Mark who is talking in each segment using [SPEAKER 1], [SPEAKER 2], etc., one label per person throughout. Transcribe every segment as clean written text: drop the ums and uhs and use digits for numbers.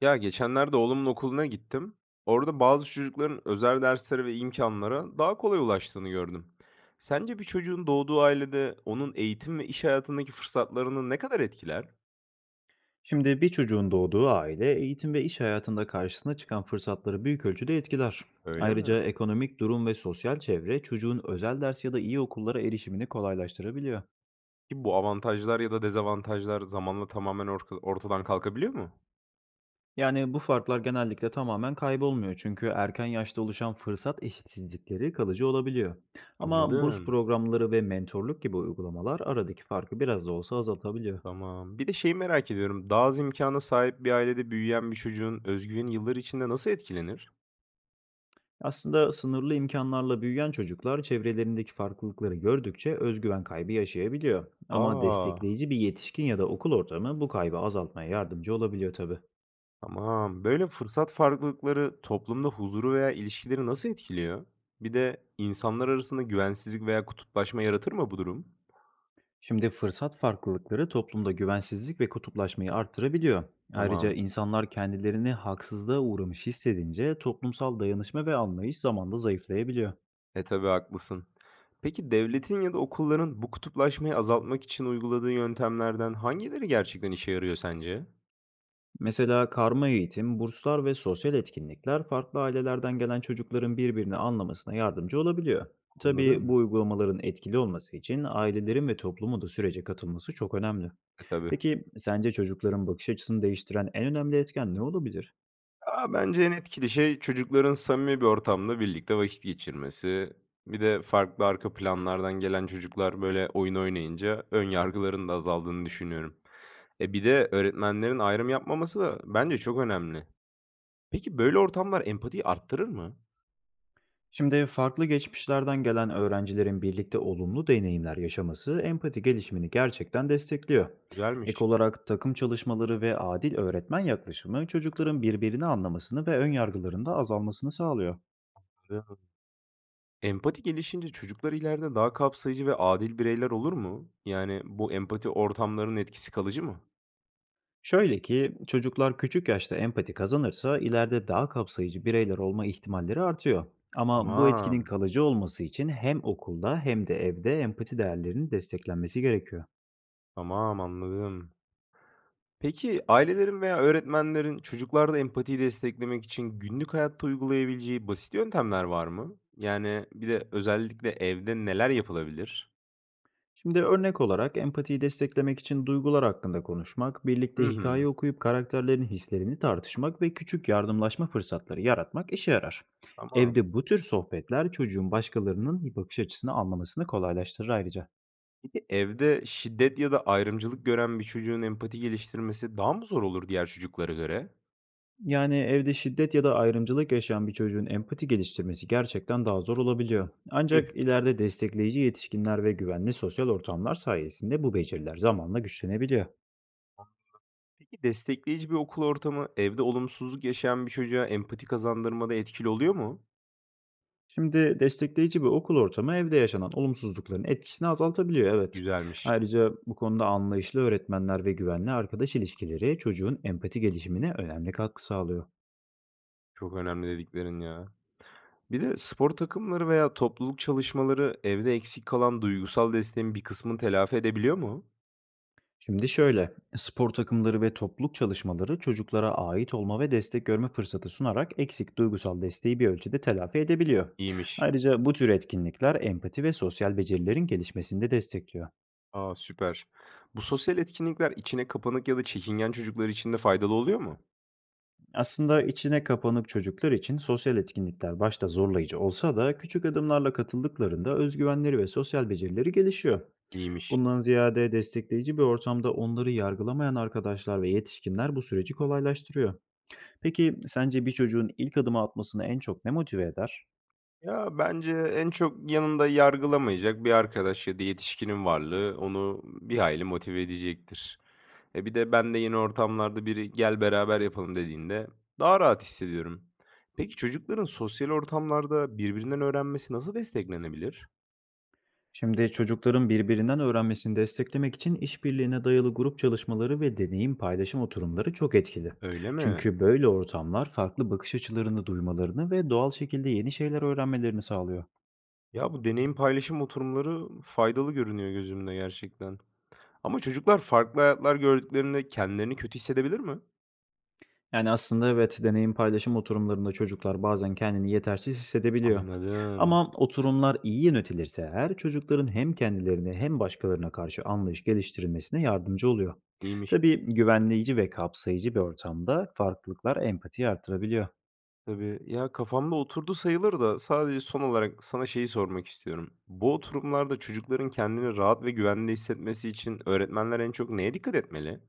[SPEAKER 1] Ya geçenlerde oğlumun okuluna gittim. Orada bazı çocukların özel derslere ve imkanlara daha kolay ulaştığını gördüm. Sence bir çocuğun doğduğu ailede onun eğitim ve iş hayatındaki fırsatlarını ne kadar etkiler?
[SPEAKER 2] Şimdi bir çocuğun doğduğu aile eğitim ve iş hayatında karşısına çıkan fırsatları büyük ölçüde etkiler.
[SPEAKER 1] Öyle mi?
[SPEAKER 2] Ayrıca ekonomik durum ve sosyal çevre çocuğun özel ders ya da iyi okullara erişimini kolaylaştırabiliyor.
[SPEAKER 1] Ki bu avantajlar ya da dezavantajlar zamanla tamamen ortadan kalkabiliyor mu?
[SPEAKER 2] Yani bu farklar genellikle tamamen kaybolmuyor, çünkü erken yaşta oluşan fırsat eşitsizlikleri kalıcı olabiliyor. Ama burs
[SPEAKER 1] Anladım.
[SPEAKER 2] programları ve mentorluk gibi uygulamalar aradaki farkı biraz da olsa azaltabiliyor.
[SPEAKER 1] Tamam. Bir de şeyi merak ediyorum. Daha az imkana sahip bir ailede büyüyen bir çocuğun özgüveni yıllar içinde nasıl etkilenir?
[SPEAKER 2] Aslında sınırlı imkanlarla büyüyen çocuklar çevrelerindeki farklılıkları gördükçe özgüven kaybı yaşayabiliyor. Ama
[SPEAKER 1] Aa.
[SPEAKER 2] destekleyici bir yetişkin ya da okul ortamı bu kaybı azaltmaya yardımcı olabiliyor tabii.
[SPEAKER 1] Tamam. Böyle fırsat farklılıkları toplumda huzuru veya ilişkileri nasıl etkiliyor? Bir de insanlar arasında güvensizlik veya kutuplaşma yaratır mı bu durum?
[SPEAKER 2] Şimdi fırsat farklılıkları toplumda güvensizlik ve kutuplaşmayı arttırabiliyor. Ayrıca
[SPEAKER 1] Tamam.
[SPEAKER 2] insanlar kendilerini haksızlığa uğramış hissedince toplumsal dayanışma ve anlayış zamanla zayıflayabiliyor.
[SPEAKER 1] E tabii, haklısın. Peki devletin ya da okulların bu kutuplaşmayı azaltmak için uyguladığı yöntemlerden hangileri gerçekten işe yarıyor sence?
[SPEAKER 2] Mesela karma eğitim, burslar ve sosyal etkinlikler farklı ailelerden gelen çocukların birbirini anlamasına yardımcı olabiliyor. Tabii
[SPEAKER 1] Anladım.
[SPEAKER 2] bu uygulamaların etkili olması için ailelerin ve toplumun da sürece katılması çok önemli.
[SPEAKER 1] E tabii.
[SPEAKER 2] Peki sence çocukların bakış açısını değiştiren en önemli etken ne olabilir?
[SPEAKER 1] Bence en etkili şey çocukların samimi bir ortamda birlikte vakit geçirmesi. Bir de farklı arka planlardan gelen çocuklar, böyle, oyun oynayınca ön yargıların da azaldığını düşünüyorum. Bir de öğretmenlerin ayrım yapmaması da bence çok önemli. Peki böyle ortamlar empatiyi arttırır mı?
[SPEAKER 2] Şimdi farklı geçmişlerden gelen öğrencilerin birlikte olumlu deneyimler yaşaması empati gelişimini gerçekten destekliyor.
[SPEAKER 1] Güzelmiş.
[SPEAKER 2] Ek olarak takım çalışmaları ve adil öğretmen yaklaşımı çocukların birbirini anlamasını ve ön yargılarında azalmasını sağlıyor.
[SPEAKER 1] Empati gelişince çocuklar ileride daha kapsayıcı ve adil bireyler olur mu? Yani bu empati ortamlarının etkisi kalıcı mı?
[SPEAKER 2] Şöyle ki çocuklar küçük yaşta empati kazanırsa ileride daha kapsayıcı bireyler olma ihtimalleri artıyor. Ama bu etkinin
[SPEAKER 1] Tamam,
[SPEAKER 2] kalıcı olması için hem okulda hem de evde empati değerlerinin desteklenmesi gerekiyor.
[SPEAKER 1] tamam, anladım. Peki ailelerin veya öğretmenlerin çocuklarda empatiyi desteklemek için günlük hayatta uygulayabileceği basit yöntemler var mı? Yani bir de özellikle evde neler yapılabilir?
[SPEAKER 2] Şimdi örnek olarak empatiyi desteklemek için duygular hakkında konuşmak,
[SPEAKER 1] Hı
[SPEAKER 2] birlikte
[SPEAKER 1] hı,
[SPEAKER 2] hikaye okuyup karakterlerin hislerini tartışmak ve küçük yardımlaşma fırsatları yaratmak işe yarar.
[SPEAKER 1] tamam.
[SPEAKER 2] Evde bu tür sohbetler çocuğun başkalarının bakış açısını anlamasını kolaylaştırır ayrıca.
[SPEAKER 1] Peki evde şiddet ya da ayrımcılık gören bir çocuğun empati geliştirmesi daha mı zor olur diğer çocuklara göre?
[SPEAKER 2] Yani evde şiddet ya da ayrımcılık yaşayan bir çocuğun empati geliştirmesi gerçekten daha zor olabiliyor.
[SPEAKER 1] Üh,
[SPEAKER 2] Ancak ileride destekleyici yetişkinler ve güvenli sosyal ortamlar sayesinde bu beceriler zamanla güçlenebiliyor.
[SPEAKER 1] Peki destekleyici bir okul ortamı evde olumsuzluk yaşayan bir çocuğa empati kazandırmada etkili oluyor mu?
[SPEAKER 2] Şimdi destekleyici bir okul ortamı evde yaşanan olumsuzlukların etkisini azaltabiliyor, evet.
[SPEAKER 1] Güzelmiş.
[SPEAKER 2] Ayrıca bu konuda anlayışlı öğretmenler ve güvenli arkadaş ilişkileri çocuğun empati gelişimine önemli katkı sağlıyor.
[SPEAKER 1] Çok önemli dediklerin ya. Bir de spor takımları veya topluluk çalışmaları evde eksik kalan duygusal desteğin bir kısmını telafi edebiliyor mu?
[SPEAKER 2] Şimdi şöyle, spor takımları ve topluluk çalışmaları çocuklara ait olma ve destek görme fırsatı sunarak eksik duygusal desteği bir ölçüde telafi edebiliyor.
[SPEAKER 1] İyiymiş.
[SPEAKER 2] Ayrıca bu tür etkinlikler empati ve sosyal becerilerin gelişmesini de destekliyor.
[SPEAKER 1] Aa, süper. Bu sosyal etkinlikler içine kapanık ya da çekingen çocuklar için de faydalı oluyor mu?
[SPEAKER 2] Aslında içine kapanık çocuklar için sosyal etkinlikler başta zorlayıcı olsa da küçük adımlarla katıldıklarında özgüvenleri ve sosyal becerileri gelişiyor.
[SPEAKER 1] İyiymiş.
[SPEAKER 2] Bundan ziyade destekleyici bir ortamda onları yargılamayan arkadaşlar ve yetişkinler bu süreci kolaylaştırıyor. Peki sence bir çocuğun ilk adımı atmasını en çok ne motive eder?
[SPEAKER 1] Ya bence en çok yanında yargılamayacak bir arkadaş ya da yetişkinin varlığı onu bir hayli motive edecektir. E bir de ben de yeni ortamlarda biri gel beraber yapalım dediğinde daha rahat hissediyorum. Peki çocukların sosyal ortamlarda birbirinden öğrenmesi nasıl desteklenebilir?
[SPEAKER 2] Şimdi çocukların birbirinden öğrenmesini desteklemek için işbirliğine dayalı grup çalışmaları ve deneyim paylaşım oturumları çok etkili.
[SPEAKER 1] Öyle mi?
[SPEAKER 2] Çünkü böyle ortamlar farklı bakış açılarını duymalarını ve doğal şekilde yeni şeyler öğrenmelerini sağlıyor.
[SPEAKER 1] Ya, bu deneyim paylaşım oturumları faydalı görünüyor gözümde gerçekten. Ama çocuklar farklı hayatlar gördüklerinde kendilerini kötü hissedebilir mi?
[SPEAKER 2] Yani aslında evet, deneyim paylaşım oturumlarında çocuklar bazen kendini yetersiz hissedebiliyor.
[SPEAKER 1] Anladım.
[SPEAKER 2] Ama oturumlar iyi yönetilirse eğer çocukların hem kendilerine hem başkalarına karşı anlayış geliştirilmesine yardımcı oluyor.
[SPEAKER 1] İyiymiş,
[SPEAKER 2] Tabii güvenleyici ve kapsayıcı bir ortamda farklılıklar empatiyi artırabiliyor.
[SPEAKER 1] tabii. Ya, kafamda oturdu sayılır da sadece son olarak sana şeyi sormak istiyorum. Bu oturumlarda çocukların kendini rahat ve güvende hissetmesi için öğretmenler en çok neye dikkat etmeli?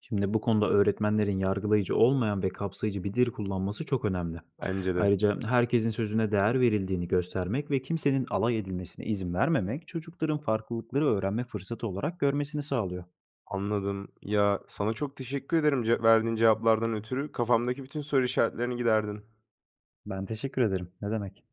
[SPEAKER 2] Şimdi bu konuda öğretmenlerin yargılayıcı olmayan ve kapsayıcı bir dil kullanması çok önemli.
[SPEAKER 1] Bence de.
[SPEAKER 2] Ayrıca herkesin sözüne değer verildiğini göstermek ve kimsenin alay edilmesine izin vermemek çocukların farklılıkları öğrenme fırsatı olarak görmesini sağlıyor.
[SPEAKER 1] Anladım. Ya, sana çok teşekkür ederim ce verdiğin cevaplardan ötürü. Kafamdaki bütün soru işaretlerini giderdin.
[SPEAKER 2] Ben teşekkür ederim. Ne demek?